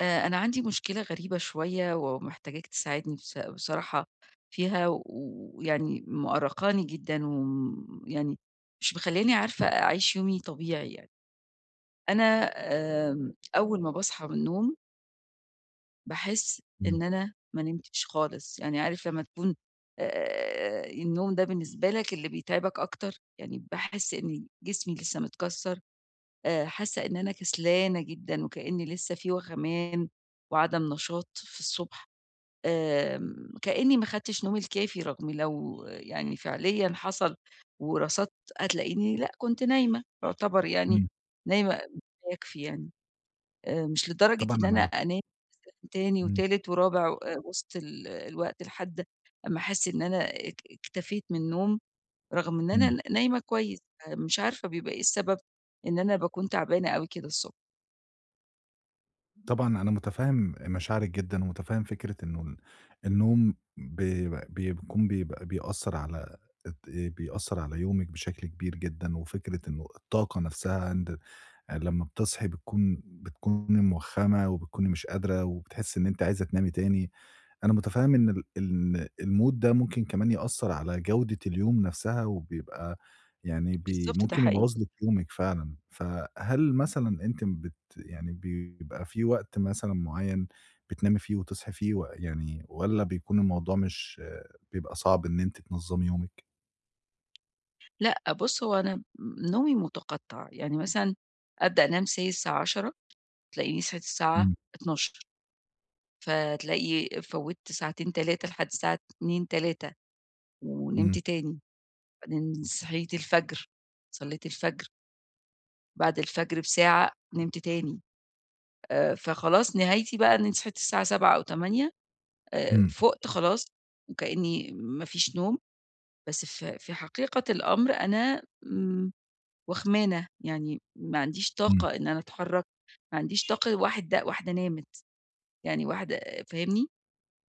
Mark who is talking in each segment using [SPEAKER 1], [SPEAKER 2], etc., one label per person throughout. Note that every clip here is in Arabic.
[SPEAKER 1] أنا عندي مشكلة غريبة شوية ومحتاجاك تساعدني بصراحة فيها، ويعني مأرّقاني جدًا وم يعني مش مخلّياني عارفة أعيش يومي طبيعي يعني. أنا، أول ما باصحى من النوم باحس
[SPEAKER 2] إمم،
[SPEAKER 1] إن أنا ما نمتش خالص، يعني عارف لمّا تكون، النوم ده بالنسبة لك اللي بيتعبك أكتر، يعني باحس إن جسمي لسه متكسّر. حاسة إن أنا كسلانة جدًا وكإني لسه في وخَمان وعدم نشاط في الصبح. كإني ما خدتش نومي الكافي رغم لو يعني فعليًا حصل ورصدت هتلاقيني لأ، كنت نايمة، يعتبر يعني
[SPEAKER 2] إمم،
[SPEAKER 1] نايمة ما يكفي يعني. مش لدرجة
[SPEAKER 2] طبعًا
[SPEAKER 1] إن
[SPEAKER 2] أنا
[SPEAKER 1] أنا
[SPEAKER 2] مت
[SPEAKER 1] أنام تاني
[SPEAKER 2] إمم،
[SPEAKER 1] وتالت ورابع، وسط الوقت لحد أمّا أحس إن أنا اكتفيت من النوم، رغم إن أنا
[SPEAKER 2] إمم،
[SPEAKER 1] نايمة كويس، فمش عارفة بيبقى إيه السبب إن أنا باكون تعبانة أوي كده الصبح.
[SPEAKER 2] طبعًا أنا متفهم مشاعرِك جدًا، ومتفهم فكرة إنه النوم بيبقى بيكون بيبقى بيأثّر على الت بيأثّر على يومِك بشكل كبير جدًا، وفكرة إنه الطاقة نفسها لمّا بتصحي بتكوني موخّمة، وبتكوني مش قادرة، وبتحسّي إن أنتِ عايزة تنامي تاني. أنا متفهم إن الmood ده ممكن كمان يأثّر على جودة اليوم نفسها، وبيبقى يعني بي
[SPEAKER 1] بالضبط، ده
[SPEAKER 2] ممكن
[SPEAKER 1] حقيقي.
[SPEAKER 2] يبوّظ لِك يومِك فعلًا، فهل مثلًا أنتِ بت يعني بيبقى في وقت مثلًا معيّن بتنامي فيه وتصحي فيه و يعني والّا بيكون الموضوع مش بيبقى صعب إن أنتِ تنظّمي يومِك؟
[SPEAKER 1] لأ، بُص، هو أنا نومي متقطّع. يعني مثلًا أبدأ أنام say الساعة 22:00، تلاقيني صحيت الساعة
[SPEAKER 2] إمم،
[SPEAKER 1] 00:00، فتلاقي فوّتّ ساعتين 3 لحد الساعة 02:00، 03:00 ونمت
[SPEAKER 2] إمم،
[SPEAKER 1] تاني. بعدين صحيت الفجر، صلّيت الفجر، بعد الفجر بساعة نمت تاني. فخلاص نهايتي بقى إنّي صحيت الساعة 07:00 أو 08:00.
[SPEAKER 2] إمم،
[SPEAKER 1] فُقت خلاص وكإنّي ما فيش نوم، بس في حقيقة الأمر أنا، وخمانة، يعني ما عنديش
[SPEAKER 2] إمم،
[SPEAKER 1] طاقة إن أنا أتحرّك، ما عنديش طاقة واحدة نامت، يعني واحدة، فاهمني؟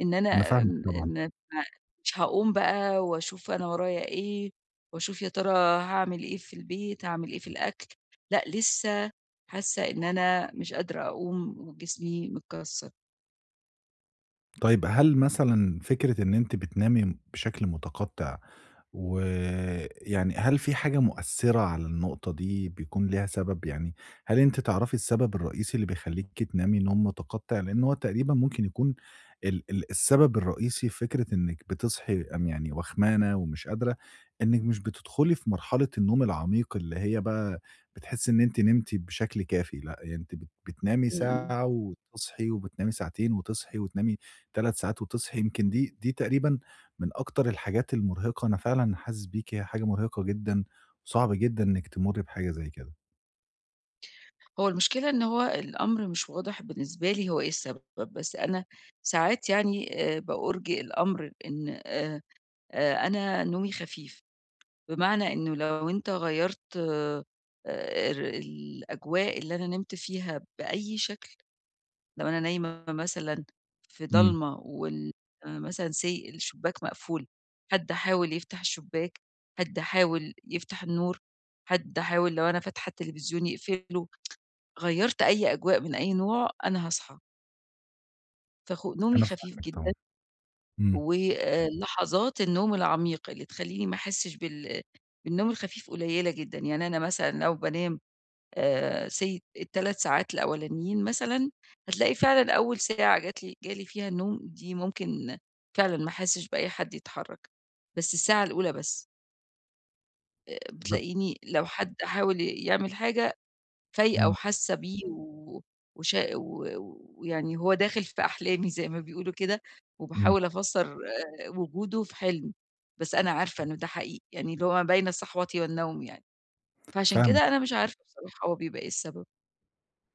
[SPEAKER 1] إن
[SPEAKER 2] أنا
[SPEAKER 1] أنا م
[SPEAKER 2] فاهمِك طبعًا.
[SPEAKER 1] م ما- مش هاقوم بقى وأشوف أنا ورايا إيه، وأشوف يا ترى هاعمل إيه في البيت، هاعمل إيه في الأكل، لأ، لسه حاسة إن أنا مش قادرة أقوم وجسمي متكسّر.
[SPEAKER 2] طيب هل مثلًا فكرة إن أنتِ بتنامي بشكل متقطع، ويعني هل في حاجة مؤثرة على النقطة دي بيكون ليها سبب؟ يعني هل أنتِ تعرفي السبب الرئيسي اللي بيخلّيكِ تنامي نوم متقطع؟ لأن هو تقريبًا ممكن يكون ال ال السبب الرئيسي في فكرة إنِّك بتصحي يعني وخمانة ومش قادرة، إنِّك مش بتدخلي في مرحلة النوم العميق اللي هي بقى بتحسي إن أنتِ نمتِ بشكل كافي، لأ، يعني أنتِ بتنامي
[SPEAKER 1] إمم، إمم.
[SPEAKER 2] ساعة وتصحي، وبتنامي ساعتين وتصحي وتنامي 3 ساعات وتصحي، يمكن دي تقريبًا من أكتر الحاجات المرهقة، أنا فعلًا حاسس بيكِ، هي حاجة مرهقة جدًا، وصعب جدًا إنِّك تمُرّي بحاجة زي كده.
[SPEAKER 1] هو المشكلة إن هو الأمر مش واضح بالنسبة لي هو إيه السبب، بس أنا ساعات يعني، بأُرجِء الأمر إن، أنا نومي خفيف، بمعنى إنه لو أنت غيّرت، ر الأجواء اللي أنا نِمت فيها بأي شكل. لو أنا نايمة مثلًا في
[SPEAKER 2] إمم،
[SPEAKER 1] ضلمة آه، مثلًا say الشباك مقفول، حد حاول يفتح الشباك، حد حاول يفتح النور، حد حاول لو أنا فاتحة التلفزيون يقفله، غيّرت أي أجواء من أي نوع أنا هاصحى. نومي
[SPEAKER 2] أنا
[SPEAKER 1] خفيف
[SPEAKER 2] فاهمِك
[SPEAKER 1] جدًا،
[SPEAKER 2] طبعًا، إمم،
[SPEAKER 1] ولحظات النوم العميقة اللي تخلّيني ما أحسّش بالنوم الخفيف قليّلة جدًا. يعني أنا مثلًا لو بانام، say ال3 ساعات الأولانيين مثلًا، هتلاقي فعلًا أول ساعة جات لي جالي فيها النوم دي ممكن فعلًا ما أحسّش بأي حد يتحرّك، بس الساعة الأولى بس. آه،
[SPEAKER 2] بس
[SPEAKER 1] بتلاقيني لو حد حاول يعمل حاجة فايقة
[SPEAKER 2] إمم،
[SPEAKER 1] وحاسة بيه و وشا و ويعني هو داخل في أحلامي زي ما بيقولوا كده،
[SPEAKER 2] إمم،
[SPEAKER 1] وباحاول أفسّر وجوده في حلم، بس أنا عارفة إنه ده حقيقي، يعني اللي هو ما بين صحوتي والنوم يعني، فعشان
[SPEAKER 2] فاهمِك
[SPEAKER 1] كده أنا
[SPEAKER 2] طبعًا،
[SPEAKER 1] مش عارفة بصراحة هو بيبقى إيه السبب.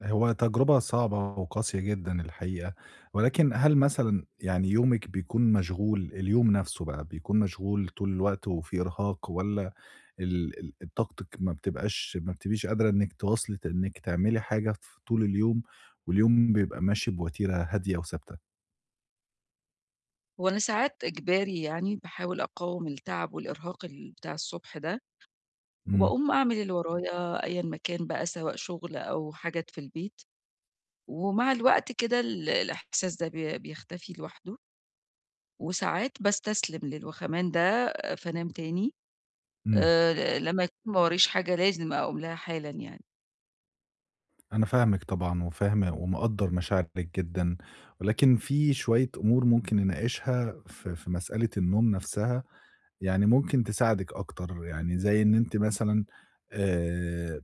[SPEAKER 2] هو تجربة صعبة وقاسية جدًا الحقيقة، ولكن هل مثلًا يعني يومِك بيكون مشغول اليوم نَفْسه بقى بيكون مشغول طول الوقت وفي إرهاق والّا ال ال طاقتِك ما بتبقيش قادرة إنِّك تواصلي إنِّك تعملي حاجة ف طول اليوم، واليوم بيبقى ماشي بوتيرة هادية وثابتة.
[SPEAKER 1] هو أنا ساعات إجباري يعني باحاول أقاوم التعب والإرهاق بتاع الصبح ده،
[SPEAKER 2] إمم،
[SPEAKER 1] وباقوم أعمل اللي ورايا أيًا ما كان بقى سواء شغل أو حاجات في البيت، ومع الوقت كده الإحساس ده بيختفي لوحده. وساعات باستسلم للوخَمان ده، فانام تاني،
[SPEAKER 2] إمم.
[SPEAKER 1] لمّا يكون ما وريش حاجة لازم أقوم لها حالًا يعني.
[SPEAKER 2] أنا فاهمِك طبعًا وفاهم ومقدّر مشاعرِك جدًا، ولكن في شوية أمور ممكن نناقشها في مسألة النوم نفسها. يعني ممكن تساعدِك أكتر، يعني زي إن أنتِ مثلًا آآ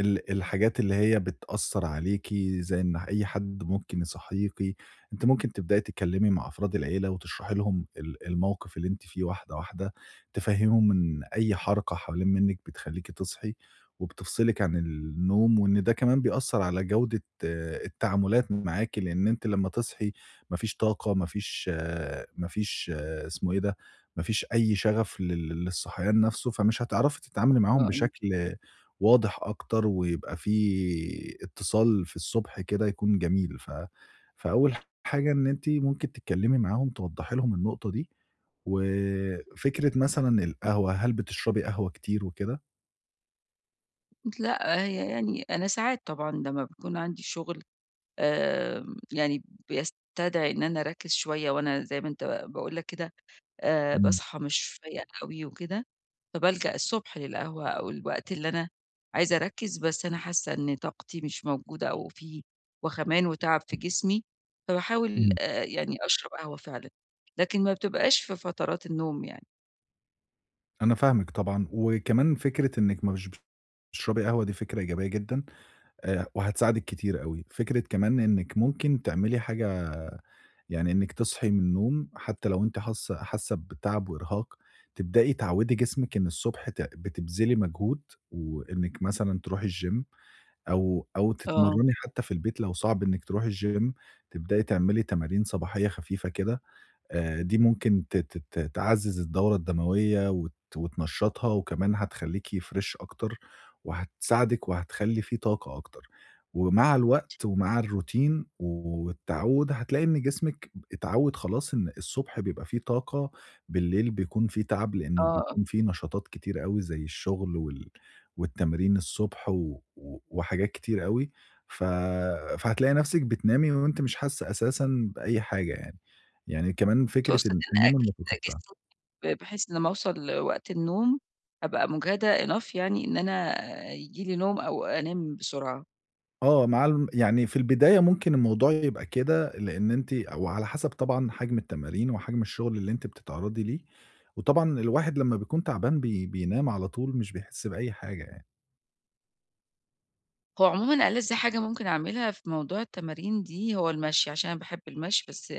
[SPEAKER 2] الحاجات اللي هي بتأثّر عليكِ، زي إن أي حد ممكن يصحّيكِ، أنتِ ممكن تبدئي تتكلّمي مع أفراد العيلة وتشرحي لهم الموقف اللي أنتِ فيه واحدة، واحدة، تفهّميهم إن أي حركة حوالين منِّك بتخلّيكِ تصحي وبتفصلِك عن النوم، وإن ده كمان بيأثّر على جودة التعاملات معاكِ، لإن أنتِ لمّا تصحي ما فيش طاقة، ما فيش اسمه إيه ده، ما فيش أي شغف للصحيان نفسه، فمش هتعرفي تتعاملي معاهم
[SPEAKER 1] آه.
[SPEAKER 2] بشكل واضح أكتر، ويبقى في اتصال في الصبح كده يكون جميل. فأول حاجة إن أنتِ ممكن تتكلمي معاهم توضحي لهم النقطة دي، وفكرة مثلًا القهوة، هل بتشربي قهوة كتير وكده؟
[SPEAKER 1] لأ، هي يعني أنا ساعات طبعًا لمّا بيكون عندي شُغل، يعني بيستدعي إن أنا أركّز شوية، وأنا زي ما أنت باقول لك كده،
[SPEAKER 2] إمم،
[SPEAKER 1] باصحى مش فايقة أوي وكده، فبالجأ الصبح للقهوة أو الوقت اللي أنا عايزة أركّز، بس أنا حاسة إن طاقتي مش موجودة أو في وخَمَان وتعب في جسمي، فباحاول
[SPEAKER 2] إمم،
[SPEAKER 1] يعني أشرب قهوة فعلًا، لكن ما بتبقاش في فترات النوم يعني.
[SPEAKER 2] أنا فاهمِك طبعًا، وكمان فكرة إنِك مش بتشربي قهوة دي فكرة إيجابية جدًا، وهتساعدِك كتير أوي. فكرة كمان إنِك ممكن تعملي حاجة يعني إنِّك تصحي من النوم حتى لو أنتِ حاسة بتعب وإرهاق، تبدئي تعوّدي جسمِك إن الصبح بتبذلي مجهود، وإنِّك مثلًا تروحي الgym أو
[SPEAKER 1] آه،
[SPEAKER 2] تتمرّني حتى في البيت لو صعب إنِّك تروحي الgym، تبدئي تعملي تمارين صباحية خفيفة كده. دي ممكن ت ت ت تعزّز الدورة الدموية وتنشّطها وكمان هتخلّيكِ فريش أكتر وهتساعدِك وهتخلّي في طاقة أكتر. ومع الوقت ومع الروتين والتعوّد هتلاقي إن جسمِك اتعوّد خلاص إن الصبح بيبقى في طاقة، بالليل بيكون في تعب
[SPEAKER 1] آه،
[SPEAKER 2] لإنه
[SPEAKER 1] آه.
[SPEAKER 2] بيكون في نشاطات كتير أوي زي الشغل والتمرين الصبح و و وحاجات كتير أوي، ف فهتلاقي نَفْسِك بتنامي وأنتِ مش حاسّة أساسًا بأي حاجة يعني. يعني كمان فكرة
[SPEAKER 1] تقصد إن
[SPEAKER 2] النوم
[SPEAKER 1] أجهِز
[SPEAKER 2] المتقطع.
[SPEAKER 1] جسمي بحيث لمّا أوصل لوقت النوم أبقى مُجهدة enough، يعني إن أنا ييجي لي نوم أو أنام بسرعة.
[SPEAKER 2] آه، مع الم يعني في البداية ممكن الموضوع يبقى كده، لإن أنتِ أو على حسب طبعًا حجم التمارين وحجم الشغل اللي أنتِ بتتعرضي ليه، وطبعًا الواحد لمّا بيكون تعبان بينام على طول مش بيحس بأي حاجة يعني.
[SPEAKER 1] هو عمومًا ألَذ حاجة ممكن أعملها في موضوع التمارين دي هو المشي، عشان أنا باحب المشي، بس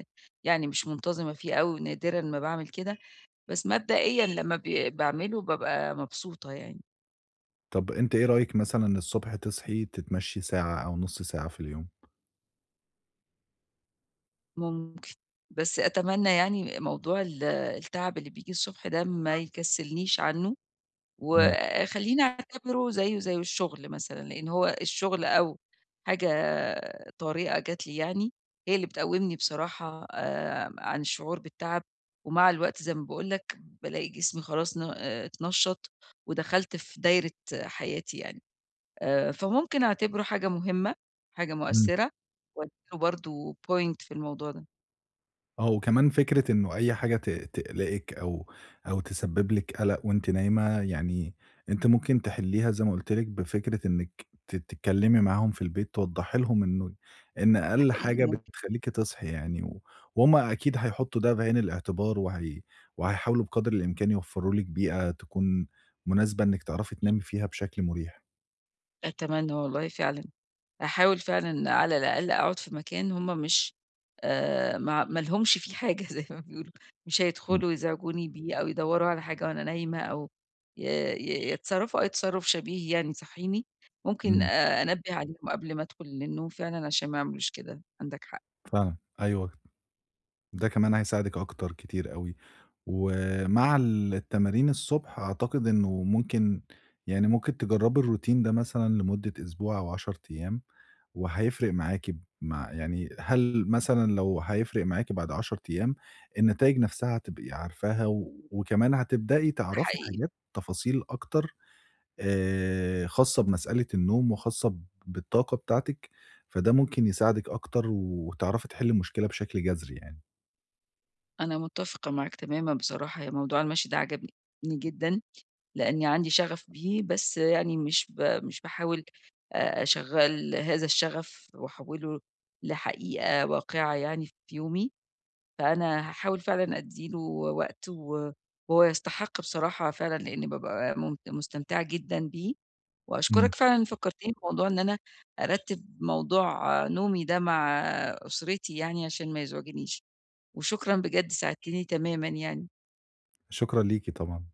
[SPEAKER 1] يعني مش منتظمة فيه أوي، نادرًا ما باعمل كده، بس مبدئيًا لمّا باعمله بابقى مبسوطة يعني.
[SPEAKER 2] طب أنتِ إيه رأيِك مثلًا الصبح تصحي تتمشي ساعة أو نُص ساعة في اليوم؟
[SPEAKER 1] ممكن. بس أتمنى يعني موضوع التعب اللي بييجي الصبح ده ما يكسّلنيش عنه،
[SPEAKER 2] إمم،
[SPEAKER 1] وخلّيني أعتبره زيه زي الشغل مثلًا، لإن هو الشغل أو حاجة، طريقة جات لي يعني، هي اللي بتقوّمني بصراحة، عن الشعور بالتعب، ومع الوقت زي ما باقول لك بالاقي جسمي خلاص ن اتنشّط ودخلت في دايرة حياتي يعني. فممكن أعتبره حاجة مهمة، حاجة
[SPEAKER 2] إمم.
[SPEAKER 1] مؤثّرة، وأدّي له برضه point في الموضوع ده.
[SPEAKER 2] آه، وكمان فكرة إنه أي حاجة تقلقِك أو تسبب لِك قلق وأنتِ نايمة، يعني أنتِ ممكن تحلّيها زي ما قُلت لِك بفكرة إنِّك تتكلّمي معاهم في البيت، توضّحي لهم إنه إن أقل
[SPEAKER 1] حقيقي
[SPEAKER 2] حاجة
[SPEAKER 1] ممكن.
[SPEAKER 2] بتخلّيكِ تصحي يعني وهُم أكيد هيحطّوا ده في عين الاعتبار وهيحاولوا بقدر الإمكان يوفّروا لِك بيئة تكون مناسبة إنِّك تعرفي تنامي فيها بشكل مُريح.
[SPEAKER 1] أتمنى والله فعلًا. أحاول فعلًا على الأقل أقعد في مكان هُم مش، ما لهمش فيه حاجة زي ما بيقولوا، مش هيدخلوا يزعجوني بيه أو يدوّروا على حاجة وأنا نايمة، أو ي ي يتصرّفوا أي تصرُّف شبيه يعني يصحّيني، ممكن
[SPEAKER 2] إمم،
[SPEAKER 1] أنبّه عليهم قبل ما أدخل للنوم فعلًا عشان ما يعملوش كده، عندك حق.
[SPEAKER 2] فعلًا، أيوه. ده كمان هيساعدِك أكتر كتير أوي، ومع التمارين الصبح أعتقد إنه ممكن يعني ممكن تجرّبي الروتين ده مثلًا لمدة أسبوع أو 10 أيام، وهيفرق معاكِ مع يعني هل مثلًا لو هيفرق معاكِ بعد 10 أيام النتايج نفسها هتبقي عارفاها، وكمان هتبدئي
[SPEAKER 1] ده
[SPEAKER 2] تعرفي
[SPEAKER 1] حقيقي.
[SPEAKER 2] حاجات تفاصيل أكتر خاصة بمسألة النوم وخاصة بالطاقة بتاعتِك، فده ممكن يساعدِك أكتر وتعرفي تحلّي المشكلة بشكل جذري يعني.
[SPEAKER 1] أنا متّفقة معاك تمامًا بصراحة، موضوع المشي ده عجبني جدًا لإني عندي شغف بيه، بس يعني مش باحاول أشغّل هذا الشغف وأحوّله لحقيقة واقعة يعني في يومي، فأنا هاحاول فعلًا أدّي له وقت، وهو يستحق بصراحة فعلًا لإني بابقى مستمتعة جدًا بيه، وأشكرك
[SPEAKER 2] إمم.
[SPEAKER 1] فعلًا، فكّرتني بموضوع إن أنا أرتّب موضوع، نومي ده مع أسرتي يعني عشان ما يزعجنيش، وشكرًا بجد، ساعدتني تمامًا يعني.
[SPEAKER 2] شكرًا ليكِ طبعًا.